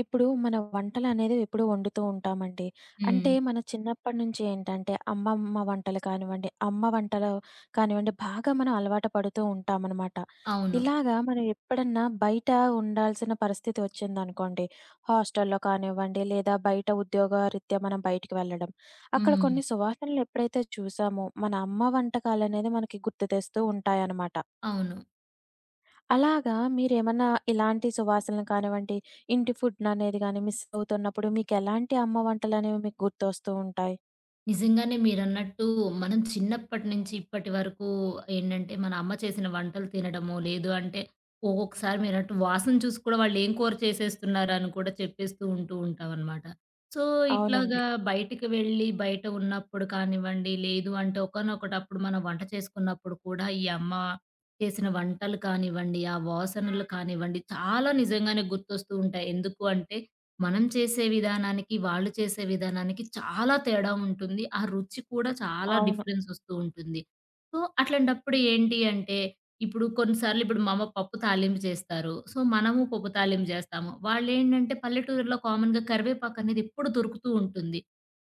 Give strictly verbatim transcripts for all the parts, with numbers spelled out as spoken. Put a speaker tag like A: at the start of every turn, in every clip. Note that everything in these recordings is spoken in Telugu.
A: ఇప్పుడు మన వంటలనేది ఎప్పుడూ వండుతూ ఉంటామండి. అంటే
B: హ్మ్.
A: మన చిన్నప్పటి నుంచి ఏంటంటే అమ్మమ్మ వంటలు కానివ్వండి, అమ్మ వంటలు కానివ్వండి బాగా మనం అలవాటు పడుతూ ఉంటామనమాట.
B: అవును.
A: ఇలాగా మనం ఎప్పుడన్నా బయట ఉండాల్సిన పరిస్థితి వచ్చిందనుకోండి, హాస్టల్‌లో కానివ్వండి లేదా బయట ఉద్యోగరీత్యా మనం బయటికి వెళ్ళడం. అక్కడ
B: హ్మ్.
A: కొన్ని సువాసనలు ఎప్పుడైతే చూసామో మన అమ్మ వంటకాలనేది మనకి గుర్తు తెస్తూ ఉంటాయనమాట.
B: అవును.
A: అలాగా మీరేమన్నా ఇలాంటి సువాసనలు కానివ్వండి, ఇంటి ఫుడ్ అనేది గాని మిస్ అవుతున్నప్పుడు మీకెలాంటి అమ్మ వంటలనేవి మీకు గుర్తొస్తూ ఉంటాయి?
B: నిజంగానే మీరన్నట్టు మనం చిన్నప్పటి నుంచి ఇప్పటి వరకు ఏంటంటే, మన అమ్మ చేసిన వంటలు తినడమో, లేదు అంటే ఒక్కొక్కసారి మీరన్నట్టు వాసన చూసి కూడా వాళ్ళేం కూర చేసేస్తున్నారని కూడా చెప్పేస్తూ ఉంటూ ఉంటామనమాట. సో,
A: అవునండి.
B: ఇట్లాగా బయటికి వెళ్ళి బయట ఉన్నప్పుడు కానివ్వండి, లేదు అంటే ఒకానొకటప్పుడు మనం వంట చేసుకున్నప్పుడు కూడా ఈ అమ్మ చేసిన వంటలు కానివ్వండి, ఆ వాసనలు కానివ్వండి చాలా నిజంగానే గుర్తొస్తూ ఉంటాయి. ఎందుకు అంటే మనం చేసే విధానానికి, వాళ్ళు చేసే విధానానికి చాలా తేడా ఉంటుంది. ఆ రుచి కూడా చాలా
A: అవును.
B: డిఫరెన్స్ వస్తూ ఉంటుంది. సో, అట్లాంటప్పుడు ఏంటి అంటే, ఇప్పుడు కొన్నిసార్లు ఇప్పుడు మా అమ్మ పప్పు తాలింపు చేస్తారు. సో, మనము పప్పు తాలింపు చేస్తాము. వాళ్ళేంటంటే పల్లెటూరులో కామన్‌గా కరివేపాకు అనేది ఎప్పుడు దొరుకుతూ ఉంటుంది.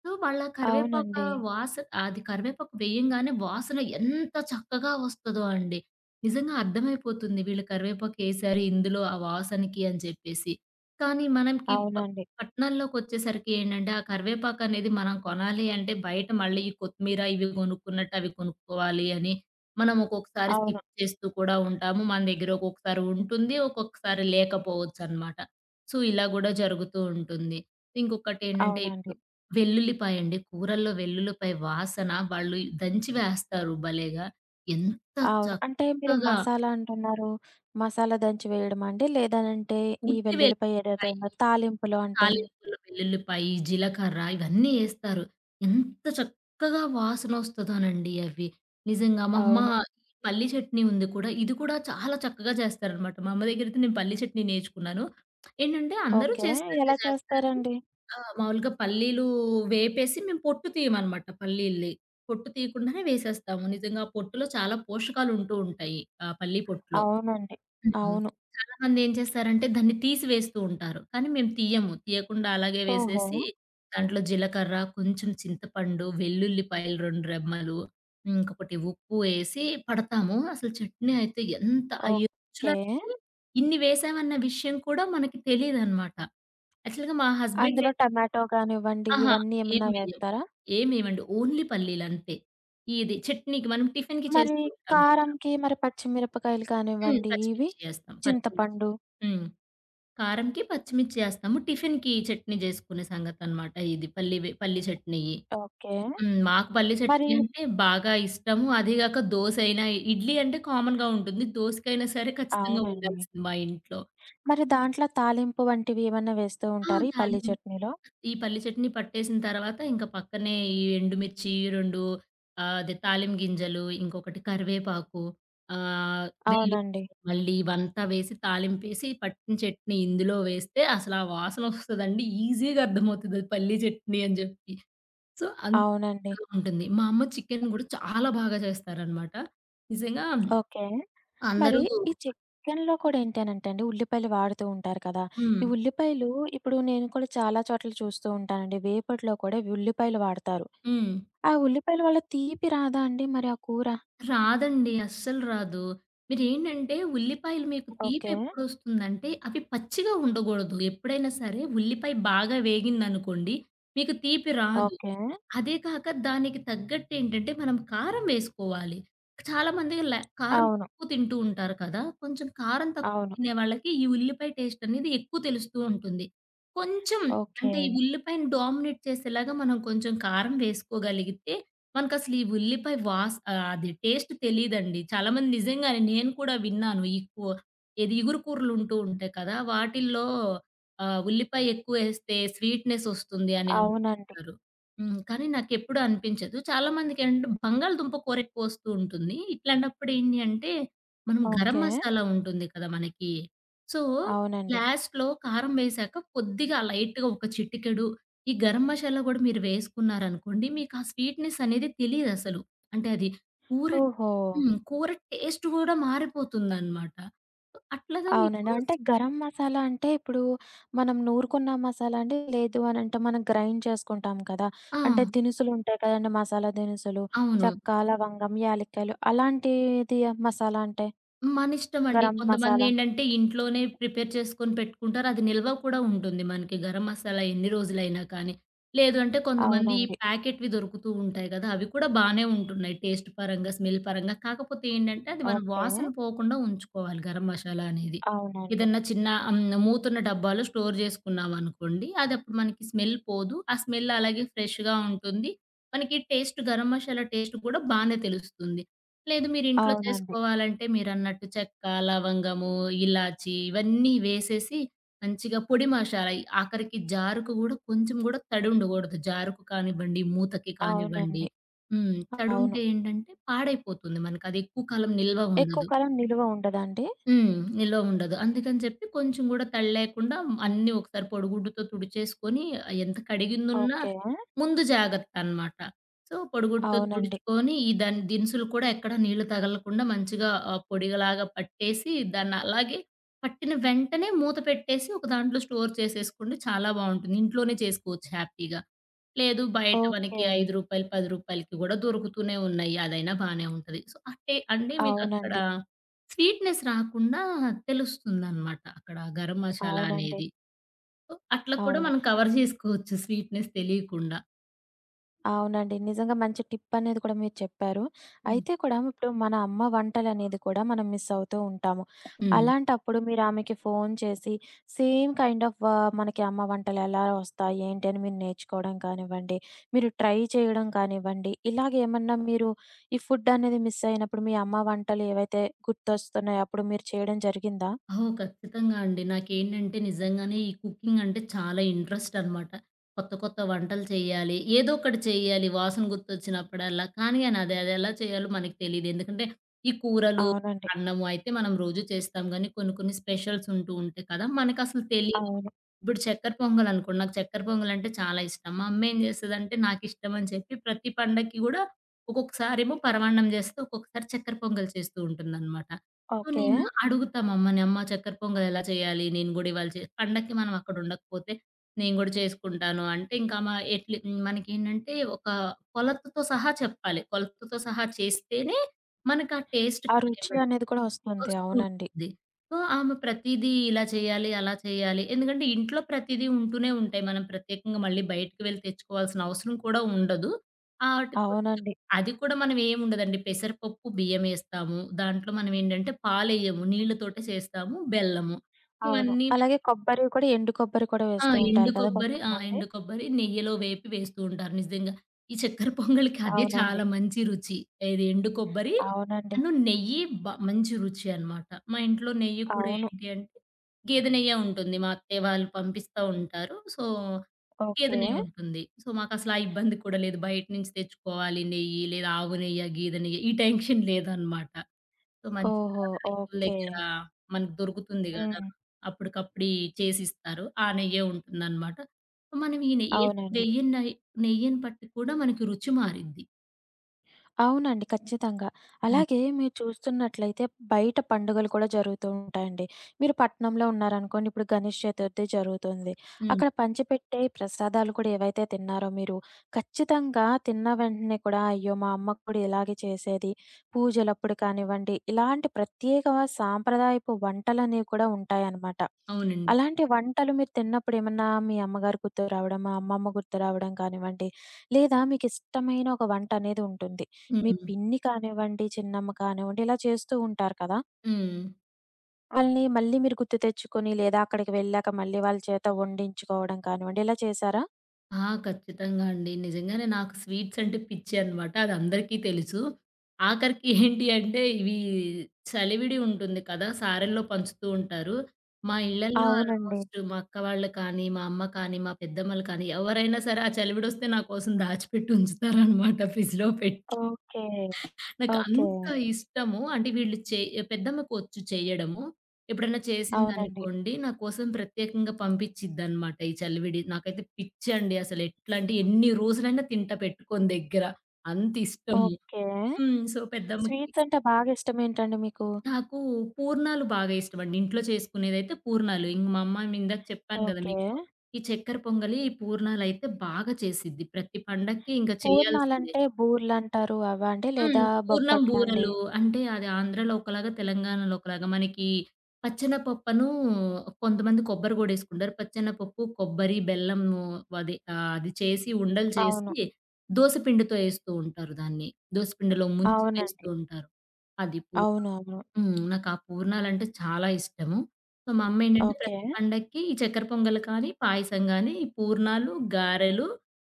B: సో, వాళ్ళ కరివేపాకు
A: అవునండి.
B: వాస అది కరివేపాకు వేయంగానే వాసన ఎంత చక్కగా వస్తదో అండి. నిజంగా అర్థమైపోతుంది వీళ్ళు కరివేపాకేశారు ఇందులో ఆ వాసనకి అని చెప్పేసి. కానీ మనకి
A: అవునండి.
B: పట్టణాల్లోకొచ్చేసరికి ఏంటంటే, ఆ కరివేపాకనేది మనం కొనాలి అంటే, బయట మళ్ళీ ఈ కొత్తిమీర ఇవి కొనుక్కున్నట్టు అవి కొనుక్కోవాలి అని, మనం ఒక్కొక్కసారి
A: అవును.
B: స్కిప్ చేస్తూ కూడా ఉంటాము. మన దగ్గర ఒక్కొక్కసారి ఉంటుంది, ఒక్కొక్కసారి లేకపోవచ్చనమాట. సో, ఇలా గూడా జరుగుతూ ఉంటుంది. ఇంకొకటేంటంటే,
A: అవునండి.
B: ఇప్పుడు వెల్లుల్లిపాయండి. కూరల్లో వెల్లుల్లిపాయ వాసన వాళ్ళు దంచి వేస్తారు భలేగా. ఎంత
A: అవును. అంటే మీరు
B: చక్కగా
A: మసాలా అంటున్నారు. మసాలా దంచి వేయడమా అండి? లేదనంటే ఈ
B: ఉట్టి
A: వెల్లుల్లిపాయ ఏదైతే
B: వెల్లుల్లిపాయి
A: ఉందో తాలింపులు అంటే
B: తాలింపులు వెల్లుల్లిపాయి, జీలకర్ర ఇవన్నీ ఏస్తారు. ఎంత చక్కగా వాసనొస్తదోనండి అవి. నిజంగా మా అమ్మ
A: అవును.
B: ఈ పల్లి చట్నీ ఉంది కూడా, ఇది కూడా చాలా చక్కగా చేస్తారనమాట. మా అమ్మ దగ్గరైతే నేను పల్లి చట్నీ నేర్చుకున్నాను. ఏంటంటే అందరూ
A: ఓకే.
B: చేసినట్టే
A: ఎలా
B: చేస్తారు.
A: చేస్తారండి?
B: ఆహ్, మామూలుగా పల్లీలు వేపేసి మేము పొట్టు తీయమనమాట పల్లీల్ని. పొట్టు తీయకుండానే వేసేస్తాము. నిజంగా ఆ పొట్టులో చాలా పోషకాలుంటూ ఉంటాయి. ఆ పల్లి పొట్టులో.
A: అవునండి.
B: హ్మ్.
A: అవును.
B: చాలా మందేం చేస్తారంటే దాన్ని తీసి వేస్తూ ఉంటారు. కానీ మేము తీయము. తీయకుండా అలాగే
A: ఓహో!
B: వేసేసి దాంట్లో జీలకర్ర, కొంచెం చింతపండు, వెల్లుల్లిపాయలు రెండు రెమ్మలు, ఇంకొకటి ఉప్పు ఏసి పడతాము. అసలు చట్నీ అయితే ఎంత అయ్యి
A: ఓకే.
B: రుచులకి ఇన్ని వేసామన్న విషయం కూడా మనకి తెలీదనమాట. యాక్చువల్‌గా మా హస్బెండ్
A: అందులో టమాటో గానివ్వండి
B: అహా!
A: ఇవన్నీ
B: ఏం
A: ఏమన్నా
B: వెయ్యం.
A: వేస్తారా?
B: ఏం వెయ్యమండి. ఓన్లీ పల్లీలంతే. ఇది చట్నీకి మనం టిఫిన్‌కి
A: మరి
B: చేస్తూ ఉంటాము.
A: కారంకి మరి పచ్చిమిరపకాయలు
B: హ్మ్.
A: కానివ్వండి ఇవి?
B: పచ్చిమిర్చి ఏస్తాం. పచ్చిమిర్చి.
A: చింతపండు.
B: హ్మ్. కారంకి పచ్చిమిర్చి ఏస్తాము. టిఫిన్‌కి చట్నీ జేసుకునే సంగతనమాట ఇది. పల్లి వె పల్లి చట్నీ.
A: ఓకే.
B: హ్మ్. మాకు పల్లి
A: మరి
B: చట్నీ అంటే బాగా ఇష్టము. అదీ గాక దోసైనా, ఇడ్లీ అంటే కామన్‌గా ఉంటుంది. దోసకైనా సరే ఖచ్చితంగా
A: అవునండి.
B: ఉండాల్సింది మా ఇంట్లో.
A: మరి దాంట్లో తాలింపు వంటివి ఏమన్నా వేస్తూ
B: ఆ!
A: ఉంటారా ఈ పల్లీ
B: తాలిం
A: చట్నీలో?
B: ఈ పల్లి చట్నీ పట్టేసిన తర్వాత ఇంక పక్కనే ఈ ఎండుమిర్చి రెండు ఆహ్, అదే తాలిం గింజలు, ఇంకొకటి కరివేపాకు, ఆహ్, వెల్లు
A: అవునండి.
B: మళ్ళీ ఇవంతా వేసి తాలింపేసి పట్టిన చట్నీ ఇందులో వేస్తే అసలు ఆ వాసనొస్తదండి. ఈజీగా అర్థమవుతది అది పల్లి చట్నీ అని జెప్పి. సో,
A: అవునండి.
B: అంతగా ఉంటుంది. మా అమ్మ చికెన్ గూడా చాలా బాగా చేస్తారనమాట. నిజంగా
A: ఓకే. మరి
B: అందరూ
A: ఈ చికెన్‌లో కూడా ఏంటనంటే అండి, ఉల్లిపాయలు వాడుతూ ఉంటారు కదా!
B: హ్మ్.
A: ఈ ఉల్లిపాయలు ఇప్పుడు నేను కూడా చాలా చోట్ల చూస్తూ ఉంటానండి. వేపుడులో కూడా ఇవి ఉల్లిపాయలు వాడతారు.
B: హ్మ్.
A: ఆ ఉల్లిపాయల వల్ల తీపి రాదా అండి మరి ఆ కూర?
B: రాదండి. అస్సలు రాదు. మీరేంటంటే ఉల్లిపాయలు మీకు
A: ఓకే.
B: తీపెప్పుడొస్తుందంటే అవి పచ్చిగా ఉండగూడదు. ఎప్పుడైనా సరే ఉల్లిపాయ బాగా వేగిందనుకోండి మీకు తీపి రాదు.
A: ఓకే.
B: అదే కాక దానికి తగ్గట్టేంటంటే, మనం కారం వేసుకోవాలి. చాలామంది ల కారం
A: అవును.
B: తక్కువ తింటూ ఉంటారు కదా! కొంచెం కారం తక్కువ
A: అవును.
B: తినే వాళ్ళకి ఈ ఉల్లిపాయ టేస్ట్ అనేది ఎక్కువ తెలుస్తూ ఉంటుంది. కొంచెం
A: ఓకే.
B: అంటే ఈ ఉల్లిపాయని డామినేట్ చేసేలాగా మనం కొంచెం కారం వేసుకోగలిగితే, మనకసలు ఈ ఉల్లిపాయ వాస్ ఆహ్, అది టేస్ట్ తెలీదండి. చాలామంది నిజంగానే నేను కూడా విన్నాను. ఈ కూ ఏది ఇగురు కూరలుంటూ ఉంటాయి కదా! వాటిల్లో ఆహ్, ఉల్లిపాయ ఎక్కువేస్తే స్వీట్‌నెస్ వస్తుంది అని
A: అవునండి.
B: అంటుంటారు. హ్మ్. కానీ నాకెప్పుడూ అనిపించదు. చాలామందికేంటంటే బంగాళదుంప కూర ఎక్కువొస్తూ ఉంటుంది. ఇట్లాంటప్పుడు ఏంటి అంటే, మనం గరం
A: ఓకే.
B: మసాలా ఉంటుంది కదా మనకి. సో,
A: అవునండి.
B: లాస్ట్‌లో కారం వేశాక కొద్దిగా లైట్‌గా ఒక చిటికెడు ఈ గరం మసాలా గూడా మీరు వేసుకున్నారనుకోండి, మీకా స్వీట్‌నెస్ అనేది తెలీదసలు. అంటే అది కూర
A: ఓహో!
B: హ్మ్. కూర టేస్ట్ గూడా మారిపోతుందనమాట. అట్లాగా మీకు
A: అవునండి. అంటే గరం మసాలా అంటే ఇప్పుడు మనం నూరుకున్న మసాలా అండి? లేదు అనంటే మనం గ్రైండ్ చేసుకుంటాం కదా!
B: ఆ!
A: అంటే దినుసులుంటాయి కదండీ! మసాలా దినుసులు.
B: అవును.
A: చెక్క, లవంగం, యాలక్కాయలు అలాంటిది మసాలా అంటే?
B: మనిష్టమండి.
A: గరం మసాలా.
B: కొంతమందేంటంటే ఇంట్లోనే ప్రిపేర్ చేసుకొని పెట్టుకుంటారు. అది నిల్వ కూడా ఉంటుంది మనకి గరం మసాలా ఎన్ని రోజులైనా కానీ. లేదు అంటే కొంతమంది ఈ
A: అవునండి.
B: ప్యాకెట్‌వి దొరుకుతూ ఉంటాయి గదా! అవి కూడా బానే ఉంటున్నాయి టేస్ట్ పరంగా, స్మెల్ పరంగా. కాకపోతే ఏంటంటే అది మనం
A: ఓకే.
B: వాసన పోకుండా ఉంచుకోవాలి గరం మసాలా అనేది.
A: అవునండి.
B: ఏదన్నా చిన్న ఆహ్, మూతున్న డబ్బాలో స్టోర్ జేసుకున్నామనుకోండి, అదప్పుడు మనకి స్మెల్ పోదు. ఆ స్మెల్ అలాగే ఫ్రెష్‌గా ఉంటుంది. మనకి టేస్ట్ గరం మసాలా టేస్ట్ గూడా బానే తెలుస్తుంది. లేదు మీరింట్లో
A: అవునండి.
B: చేసుకోవాలంటే మీరన్నట్టు చెక్క, లవంగము, ఇలాచి ఇవన్నీ వేసేసి మంచిగా పొడి మషాలా ఆఖరికి జారుకు గూడా కొంచెం గూడా తడుండగూడదు. జారుకు కానివ్వండి, మూతకి కానివ్వండి.
A: అవునండి.
B: హ్మ్.
A: అవును.
B: తడుంటే ఏంటంటే పాడైపోతుంది మనకది ఎక్కువ కాలం నిల్వ
A: ఎక్కువ
B: ఉండదు.
A: కాలం నిలువ ఉండదాండి?
B: హ్మ్. నిలవ ఉండదు. అందుకని చెప్పి కొంచెం గూడా తడి లేకుండా అన్నీ ఒకసారి పొడిగుడ్డుతో తుడిచేసుకొని ఎంత కడిగిందున్నా
A: ఓకే.
B: ముందు జాగ్రత్త అన్నమాట. సో, పొడిగుడ్డుతో
A: అవునండి.
B: తుడుచుకొని ఈ దాని దినుసులు కూడా ఎక్కడ నీళ్లు తగలకుండా మంచిగా ఆహ్, పొడిలాగా పట్టేసి దాన్ని అలాగే పట్టిన వెంటనే మూత పెట్టేసి ఒక దాంట్లో స్టోర్ చేసేసుకుంటే చాలా బావుంటుంది. ఇంట్లోనే చేసుకోవచ్చు హ్యాపీగా. లేదు బయట మనకి
A: ఓకే.
B: రూ. ఐదు రూపాయలు, రూ. 10కి కూడా దొరుకుతూనే ఉన్నాయి. అదైనా బానే ఉంటది. సో, అంటే అంటే మీకక్కడ
A: అవునండి.
B: స్వీట్‌నెస్ రాకుండా తెలుస్తుందనమాట. అక్కడ గరం మసాలా
A: అవునండి.
B: అనేది. సో, అట్లా కూడా
A: అవును.
B: మనం కవర్ జేసుకోవచ్చు స్వీట్‌నెస్ తెలియకుండా.
A: అవునండి. నిజంగా మంచి టిప్ అనేది కూడా మీరు చెప్పారు.
B: హ్మ్.
A: అయితే కూడా ఇప్పుడు మన అమ్మ వంటలనేది కూడా మనం మిస్ అవుతూ ఉంటాము.
B: హ్మ్.
A: అలాంటప్పుడు మీరు ఆమెకి ఫోను చేసి సేమ్ కైండ్ ఆఫ్ ఆహ్, మనకి అమ్మ వంటలెలా వస్తాయి, ఏంటి అని మీరు నేర్చుకోవడం కానివ్వండి, మీరు ట్రై చేయడం కానివ్వండి, ఇలాగేమన్నా మీరు ఈ ఫుడ్ అనేది మిస్ అయినప్పుడు మీ అమ్మ వంటలు ఏవైతే గుర్తొస్తున్నాయో అప్పుడు మీరు చేయడం జరిగిందా?
B: ఓహ్! ఖచ్చితంగా అండి. నాకేంటంటే నిజంగానే ఈ కుకింగ్ అంటే చాలా ఇంట్రెస్ట్ అనమాట. కొత్త కొత్త వంటలు చేయాలి. ఏదో ఒకటి చేయాలి వాసన గుర్తొచ్చినప్పుడల్లా. కానీ అని అది అది ఎలా చేయాలో మనకు తెలీదు. ఎందుకంటే ఈ కూరలు,
A: అవునండి.
B: అన్నము అయితే మనం రోజు చేస్తాం గానీ కొన్ని కొన్ని స్పెషల్స్ ఉంటూ ఉంటాయి కదా! మనకసలు తెలీదు.
A: అవును.
B: ఇప్పుడు చక్కెర పొంగలనుకోండి. నాకు చక్కెర పొంగలంటే చాలా ఇష్టం. మా అమ్మేం జేస్తదంటే నాకిష్టమని చెప్పి ప్రతి పండక్కి గూడా ఒక్కొక్కసారేమో పరమాన్నం జేస్తది. ఒక్కొక్కసారి చక్కెర పొంగల్ చేస్తూ ఉంటుందనమాట. So,
A: okay.
B: నేను అడుగుతా మా అమ్మని, "అమ్మ చక్కెర పొంగల్ ఎలా చేయాలి? నేను గూడా ఇవాళ చే" పండక్కి మనం అక్కడ ఉండకపోతే నేను గూడా చేసుకుంటాను అంటే ఇంకా మా ఎట్లి మనకేంటంటే ఒక కొలతతో సహా చెప్పాలి. కొలతతో సహా చేస్తేనే మనకా టేస్ట్
A: ఆ రుచి
B: కానివ్వండి
A: అనేది కూడా వస్తుంది.
B: వస్తూ
A: అవునండి.
B: ఉంటుంది. సో, ఆమె ప్రతీదీ ఇలా చేయాలి, అలా చేయాలి. ఎందుకంటే ఇంట్లో ప్రతీదీ ఉంటూనే ఉంటాయి. మనం ప్రత్యేకంగా మళ్ళీ బయటికి వెళ్లి తెచ్చుకోవాల్సిన అవసరం కూడా ఉండదు. ఆటితోనే చెప్
A: అవునండి.
B: అది కూడా మనం ఏముండదండి. పెసరపప్పు, బియ్యమేస్తాము. దాంట్లో మనం ఏంటంటే పాలెయ్యము. నీళ్ళతోటే చేస్తాము. బెల్లము.
A: అవును.
B: ఇవన్నీ
A: అలాగే కొబ్బరి కూడా ఎండు కొబ్బరి కూడా
B: ఆ!
A: వేస్తూ
B: ఎండు
A: ఉంటారు కదా
B: కొబ్బరి ఆ!
A: కొంతమంది.
B: ఎండు కొబ్బరి నెయ్యిలో వేపి వేస్తూ ఉంటారు నిజంగా. ఈ చక్కెర పొంగల్‌కి అదే
A: అవునండి.
B: చాలా మంచి రుచి. ఏది ఎండు కొబ్బరి
A: అవునండి.
B: అను నెయ్యి బ మంచి రుచి అన్నమాట. మా ఇంట్లో నెయ్యి కూడా
A: అవును.
B: ఏంటి అంటే గేదె నెయ్యే ఉంటుంది. మా అత్తయ్య వాళ్ళు పంపిస్తా ఉంటారు. సో గేదె
A: ఓకే.
B: నెయ్యి ఉంటుంది. సో, మాకసల ఆ ఇబ్బంది కూడా లేదు. బయట నుంచి తెచ్చుకోవాలి నెయ్యి, లేదా ఆవు నెయ్య, గేదె నెయ్య ఈ టెన్షన్ లేదనమాట. సో, మంచిగా
A: ఓహో!
B: రైతుల
A: ఓకే.
B: దగ్గర మనకు దొరుకుతుంది గదా!
A: హ్మ్.
B: అప్పటికప్పుడు చేసిస్తారు. ఆ నెయ్యే ఉంటుందనమాట. మనం ఈ నెయ్యి ఏసి
A: అవునండి.
B: వెయ్యని నెయ్ నెయ్యిని బట్టి కూడా మనకి రుచి మారిద్ది.
A: అవునండి. ఖచ్చితంగా.
B: హ్మ్.
A: అలాగే మీరు చూస్తున్నట్లయితే బయట పండుగలు కూడా జరుగుతూ ఉంటాయండి. మీరు పట్నంలో ఉన్నారనుకోండి, ఇప్పుడు గణేష్ చతుర్థి జరుగుతుంది.
B: హ్మ్.
A: అక్కడ పంచిపెట్టే ప్రసాదాలు కూడా ఏవైతే తిన్నారో మీరు, ఖచ్చితంగా తిన్న వెంటనే కూడా అయ్యో! మా అమ్మ కూడా ఇలాగే చేసేది. పూజలప్పుడు కానివ్వండి, ఇలాంటి ప్రత్యేక సాంప్రదాయపు వంటలనేవి కూడా ఉంటాయన్నమాట.
B: అవునండి.
A: అలాంటి వంటలు మీరు తిన్నప్పుడు ఏమన్నా మీ అమ్మగారు గుర్తు రావడం, మా అమ్మమ్మ గుర్తు రావడం కానివ్వండి, లేదా మీకిష్టమైన ఒక వంటనేది ఉంటుంది. మీ
B: హ్మ్.
A: పిన్ని కానివ్వండి, చిన్నమ్మ కానివ్వండి ఇలా చేస్తూ ఉంటారు కదా!
B: హ్మ్.
A: వాళ్ళని మళ్ళీ మీరు గుర్తు తెచ్చుకొని లేదా అక్కడికి వెళ్ళాక మళ్ళీ వాళ్ళ చేత వండించుకోవడం కానివ్వండి ఇలా చేశారా?
B: ఆ! ఖచ్చితంగా అండి. నిజంగానే నాకు స్వీట్స్ అంటే పిచ్చి అనమాట. అది అందరికీ తెలుసు. ఆఖరికి ఏంటి అంటే ఇవి చలివిడి ఉంటుంది కదా! సారెల్లో పంచుతూ ఉంటారు. మా ఇళ్లల్లో హ్మ్.
A: అవునండి.
B: ఆల్మోస్ట్ మా అక్క వాళ్ళు కానీ, మా అమ్మ కానీ, మా పెద్దమ్మలు కానీ ఎవరైనా సరే ఆ చలివిడొస్తే నా కోసం దాచిపెట్టి ఉంచుతారనమాట ఫ్రిడ్జ్‌లో పెట్టి.
A: ఓకే. ఓకే.
B: నాకంత ఇష్టము. అంటే వీళ్ళు చే పెద్దమ్మకొచ్చు చెయ్యడము. ఎప్పుడైనా
A: అవునండి.
B: చేసిందనుకోండి, నా కోసం ప్రత్యేకంగా పంపించిద్దనమాట ఈ చలివిడి. నాకైతే పిచ్చండి అసలెట్లంటే ఎన్ని రోజులైనా తింటా పెట్టుకొని దగ్గర. అంతిష్టము.
A: ఓకే.
B: హ్మ్. సో, పెద్దమ్మకి
A: స్వీట్స్ అంటే బాగా ఇష్టమేంటండి మీకు?
B: నాకు పూర్ణాలు బాగా ఇష్టమండి. ఇంట్లో చేసుకునేదైతే పూర్ణాలు. ఇంక మా అమ్మ మీ ఇందాక చెప్పాను గదా
A: ఓకే.
B: మీకు. ఈ చక్కెర పొంగలి, ఈ పూర్ణాలయితే బాగా చేసిద్ది. ప్రతి పండక్కి ఇంక చేయాల్సిందే.
A: పూర్ణాలంటే బూర్లంటారు అవా అండి?
B: హ్మ్.
A: లేదా
B: పూర్ణం
A: బొబ్బట్లా అండి?
B: బూరెలు. అంటే అది ఆంధ్రాలో ఒకలాగా, తెలంగాణలో ఒకలాగా. మనకి పచ్చెనపప్పును కొంతమంది కొబ్బరి గూడా ఏసుకుంటారు. పచ్చెనపప్పు, కొబ్బరి, బెల్లము అది ఆహ్, అది చేసి ఉండలు
A: అవును.
B: చేసి దోస పిండితో ఏస్తూ ఉంటారు దాన్ని. దోస పిండిలో ముంచి వేస్తూ
A: అవునండి.
B: ఉంటారు. అది పూర్ణం.
A: అవునవును.
B: హ్మ్. నాకు ఆ పూర్ణాలంటే చాలా ఇష్టము. సో, మా అమ్మేంటంటే హ్మ్.
A: ఓకే.
B: ప్రతి పండక్కి ఈ చక్కెర పొంగల్ కానీ, పాయసం గానీ, ఈ పూర్ణాలు, గారెలు,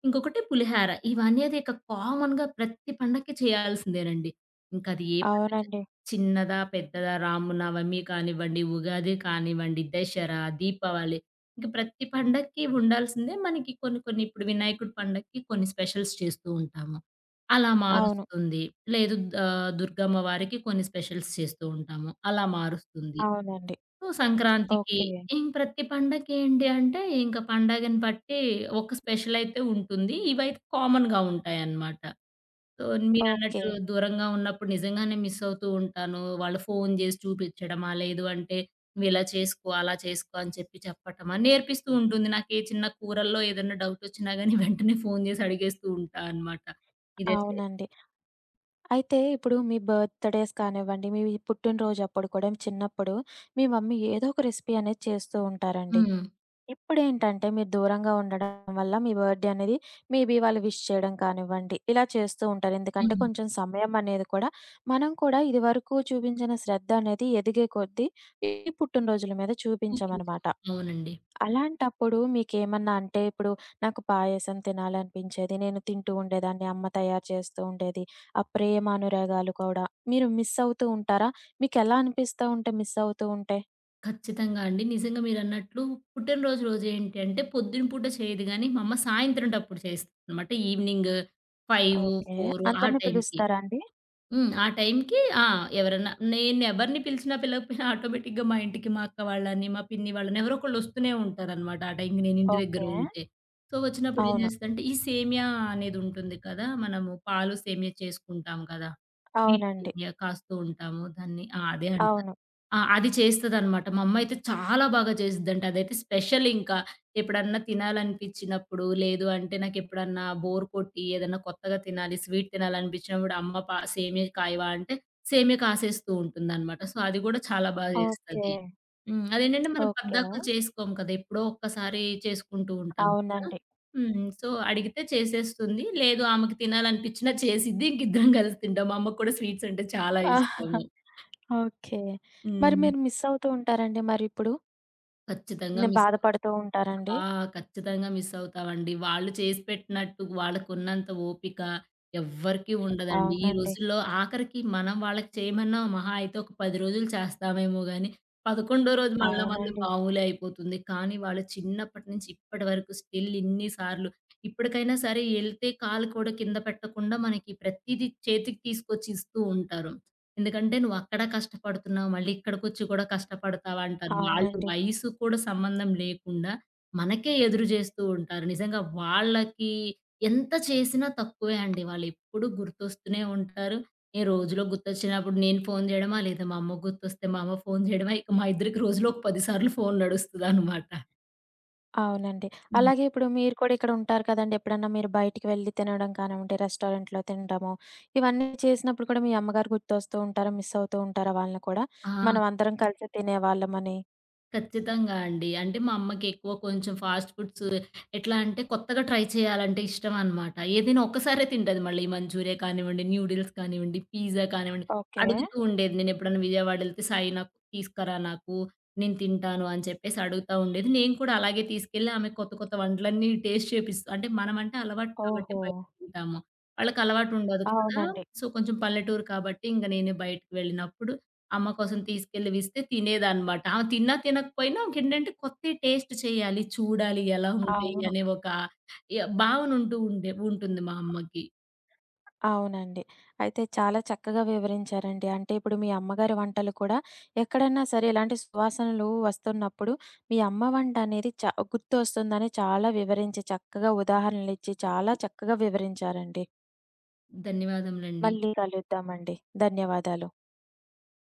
B: ఇంకొకటి పులిహార. ఇవనేది ఇక కామన్‌గా ప్రతి పండక్కి చేయాల్సిందేనండి. ఇంకది ఏ పండగ
A: అవునండి.
B: చిన్నదా, పెద్దదా, రామనవమి కానివ్వండి, ఉగాది కానివ్వండి, దసరా, దీపావళి ఇంక ప్రతి పండక్కి ఉండాల్సిందే. మనకి కొన్ని కొన్ని ఇప్పుడు వినాయకుడి పండక్కి కొన్ని స్పెషల్స్ చేస్తూ ఉంటాము. అలా
A: అవును.
B: మారుస్తుంది. లేదు ఆహ్, దుర్గమ్మ వారికి కొన్ని స్పెషల్స్ చేస్తూ ఉంటాము. అలా మారుస్తుంది.
A: అవునండి.
B: సో, సంక్రాంతికి
A: ఓకే.
B: ఏం ప్రతి పండగకేంటి అంటే, ఇంక పండగని బట్టి ఒక స్పెషలయితే ఉంటుంది. ఇవైతే కామన్‌గా ఉంటాయన్నమాట. So,
A: okay.
B: మీరన్నట్టు దూరంగా ఉన్నప్పుడు నిజంగానే మిస్ అవుతూ ఉంటాను. వాళ్ళు ఫోను జేసి చూపిచ్చడమా, లేదు అంటే నువ్విలా చేసుకో, అలా చేసుకో అని చెప్పి చెప్పటమా నేర్పిస్తూ ఉంటుంది. నాకే చిన్న కూరల్లో ఏదన్నా డౌటొచ్చినా గానీ వెంటనే ఫోను జేసి అడిగేస్తూ ఉంటా అనమాట. ఇదే చే
A: అవునండి. అయితే ఇప్పుడు మీ బర్త్‌డేస్ కానివ్వండి, మీ పుట్టినరోజప్పుడు కూడా చిన్నప్పుడు మీ మమ్మీ ఏదో ఒక రెసిపీ అనేది చేస్తూ ఉంటారండి.
B: హ్మ్.
A: ఇప్పుడేంటంటే మీరు దూరంగా ఉండడం వల్ల మీ బర్త్‌డే అనేది మేబీ వాళ్ళు విష్ చేయడం కానివ్వండి, ఇలా చేస్తూ ఉంటారు. ఎందుకంటే
B: హ్మ్.
A: కొంచెం సమయం అనేది కూడా మనం కూడా ఇదివరకు చూపించిన శ్రద్ధ అనేది ఎదిగే కొద్దీ ఈ పుట్టినరోజుల మీద
B: చూపించాం.
A: చూపించమనమాట.
B: అవునండి.
A: అలాంటప్పుడు మీకేమన్నా అంటే ఇప్పుడు నాకు పాయసం తినాలనిపించేది. నేను తింటూ ఉండేదాన్ని. అమ్మ తయారు చేస్తూ ఉండేది. ఆ ప్రేమ అనురాగాలు కూడా మీరు మిస్ అవుతూ ఉంటారా? మీకెలా అనిపిస్తూ ఉంటే మిస్ అవుతూ ఉంటే?
B: ఖచ్చితంగా అండి. నిజంగా మీరన్నట్లు పుట్టినరోజు రోజు ఏంటి అంటే పొద్దున పూట చేయదు గానీ, మా అమ్మ సాయంత్రం టప్పుడు చేస్తదనమాట. ఈవినింగ్ ఐదు,
A: ఓకే.
B: నాలుగు ఆ
A: అందరిని
B: టైంకి.
A: పిలుస్తారా అండి?
B: హ్మ్. ఆ టైంకి ఆ! ఎవరన్నా నేను ఎవరిని పిలిచినా పిలవకపోయినా ఆటోమేటిక్‌గా మా ఇంటికి మా అక్క వాళ్ళని, మా పిన్ని వాళ్ళని ఎవరో ఒకళ్ళు వస్తూనే ఉంటారనమాట. ఆ టైంకి నేను ఇంటి దగ్గర
A: ఓకే.
B: ఉంటే. సో, వచ్చినప్పుడు ఏం
A: అవును.
B: చేస్తదంటే, ఈ సేమియా అనేది ఉంటుంది కదా! మనము పాలు సేమియా చేసుకుంటాం కదా! స్వీట్స్
A: అవునండి.
B: ఏరియా కాస్తూ ఉంటాము. దాన్ని ఆ! అదే అండి.
A: అవును.
B: ఆ! అది చేస్తదనమాట. మా అమ్మయితే చాలా బాగా చేసిద్దంట. అదైతే స్పెషల్ ఇంకా. ఎప్పుడన్నా తినాలనిపిచ్చినప్పుడు, లేదు అంటే నాకెప్పుడన్నా బోర్ కొట్టి ఏదన్నా కొత్తగా తినాలి, స్వీట్ తినాలనిపిచ్చినప్పుడు అమ్మ పా "సేమియా కాయవా" అంటే సేమియా కాసేస్తూ ఉంటుందనమాట. సో, అది గూడా చాలా బాగా
A: ఓకే.
B: చేస్తది. హ్మ్. అదేంటంటే మనం
A: ఓకే.
B: పద్దాకులు చేసుకోము కదా! ఎప్పుడో ఒక్కసారి చేసుకుంటూ ఉంటాం కదా!
A: అవునండి.
B: హ్మ్. సో, అడిగితే చేసేస్తుంది. లేదు ఆమెకి తినాలనిపిచ్చినా చేసిద్ది. ఇంకిద్దరం కలిసి తింటాం. మా అమ్మకు కూడా స్వీట్స్ అంటే చాలా
A: ఆహాహా.
B: ఇష్టము.
A: ఓకే. మరి
B: హ్మ్.
A: మీరు మిస్ అవుతూ ఉంటారండి మరిప్పుడు?
B: ఖచ్చితంగా
A: నే
B: మిస్ అవ్
A: బాధపడుతూ ఉంటారండి?
B: ఆ! ఖచ్చితంగా మిస్ అవుతామండి. వాళ్ళు చేసి పెట్టినట్టు వాళ్ళకున్నంత ఓపిక ఎవ్వరికీ ఉండదండి. ఈ
A: అవునండి.
B: రోజుల్లో ఆఖరికి మనం వాళ్ళకి చేయమన్నా మహా అయితే ఒక పది రోజులు చేస్తామేమో గాని, పదకొండు రోజు మళ్ళా మనది
A: అవునండి.
B: మామూలే అయిపోతుంది. కానీ వాళ్ళు చిన్నప్పటి నుంచి ఇప్పటి వరకు స్టిల్ ఇన్ని సార్లు ఇప్పటికైనా సరే ఎళ్తే కాలు కూడా కింద పెట్టకుండా మనకి ప్రతీదీ చేతికి తీసుకొచ్చి ఇస్తూ ఉంటారు. ఎందుకంటే "నువ్వక్కడ కష్టపడుతున్నావు, మళ్ళీ ఇక్కడికొచ్చి కూడా కష్టపడతావా?" అంటారు. వాళ్ళు
A: అవునండి.
B: వయసు కూడా సంబంధం లేకుండా మనకే ఎదురు జేస్తూ ఉంటారు. నిజంగా వాళ్ళకి ఎంత చేసినా తక్కువే అండి. వాళ్ళెప్పుడూ గుర్తొస్తూనే ఉంటారు. ఏ రోజులో గుర్తొచ్చినప్పుడు నేను ఫోను జేయడమా, లేదా మా అమ్మకు గుర్తొస్తే మా అమ్మ ఫోను జేయడమా, ఇక మా ఇద్దరికి రోజులో ఒక పది సార్లు ఫోను నడుస్తదనమాట.
A: అవునండి.
B: హ్మ్.
A: అలాగే ఇప్పుడు మీరు కూడా ఇక్కడ ఉంటారు కదండీ! ఎప్పుడన్నా మీరు బయటికి వెళ్లి తినడం కానివ్వండి, రెస్టారెంట్‌లో తినడము, ఇవన్నీ చేసినప్పుడు కూడా మీ అమ్మగారు గుర్తొస్తూ ఉంటారా? మిస్ అవుతూ ఉంటారా వాళ్ళని కూడా?
B: ఆ!
A: మనం అందరం కలిసి తినేవాళ్ళమని.
B: ఖచ్చితంగా అండి. అంటే మా అమ్మకి ఎక్కువ కొంచెం ఫాస్ట్ ఫుడ్స్ ఎట్లా అంటే కొత్తగా ట్రై చేయాలంటే ఇష్టం అనమాట. ఏదైనా ఒక్కసారే తింటది మళ్ళీ మంచూరియా కానివ్వండి, న్యూడిల్స్ కానివ్వండి, పిజ్జా కానివ్వండి.
A: ఓకే.
B: అడుగుతూ ఉండేది. నేను ఎప్పుడైనా విజయవాడ ఎళ్తే "సాయి నాకు తీసుకురా నాకు, నేను తింటాను" అని చెప్పేసి అడుగుతా ఉండేది. నేను కూడా అలాగే తీసుకెళ్ళి ఆమెకు కొత్త కొత్త వంటలన్నీ టేస్ట్ చేపిస్తా. అంటే మనమంటే అలవాటు కాబట్టి
A: ఓహో!
B: బయట తింటాము. వాళ్ళకి అలవాటు ఉండదు కదా!
A: అవునండి.
B: సో, కొంచెం పల్లెటూరు కాబట్టి ఇంక నేనే బయటకి వెళ్ళినప్పుడు అమ్మ కోసం తీసుకెళ్ళి ఇస్తే తినేదనమాట. ఆమె తిన్నా తినకపోయినా ఆమెకేంటంటే కొత్తయి టేస్ట్ చేయాలి, చూడాలి ఎలా ఉంటాయి
A: అవును.
B: అనే ఒక య భావన ఉంటూ ఉండే ఉంటుంది మా అమ్మకి.
A: అవునండి. అయితే చాలా చక్కగా వివరించారండి. అంటే ఇప్పుడు మీ అమ్మగారి వంటలు కూడా ఎక్కడన్నా సరే ఇలాంటి సువాసనలు వస్తున్నప్పుడు మీ అమ్మ వంట అనేది చ గుర్తొస్తుందని చాలా వివరించి, చక్కగా ఉదాహరణలిచ్చి చాలా చక్కగా వివరించారండి.
B: ధన్యవాదములండి.
A: మళ్ళీ కలుద్దామండి. ధన్యవాదాలు.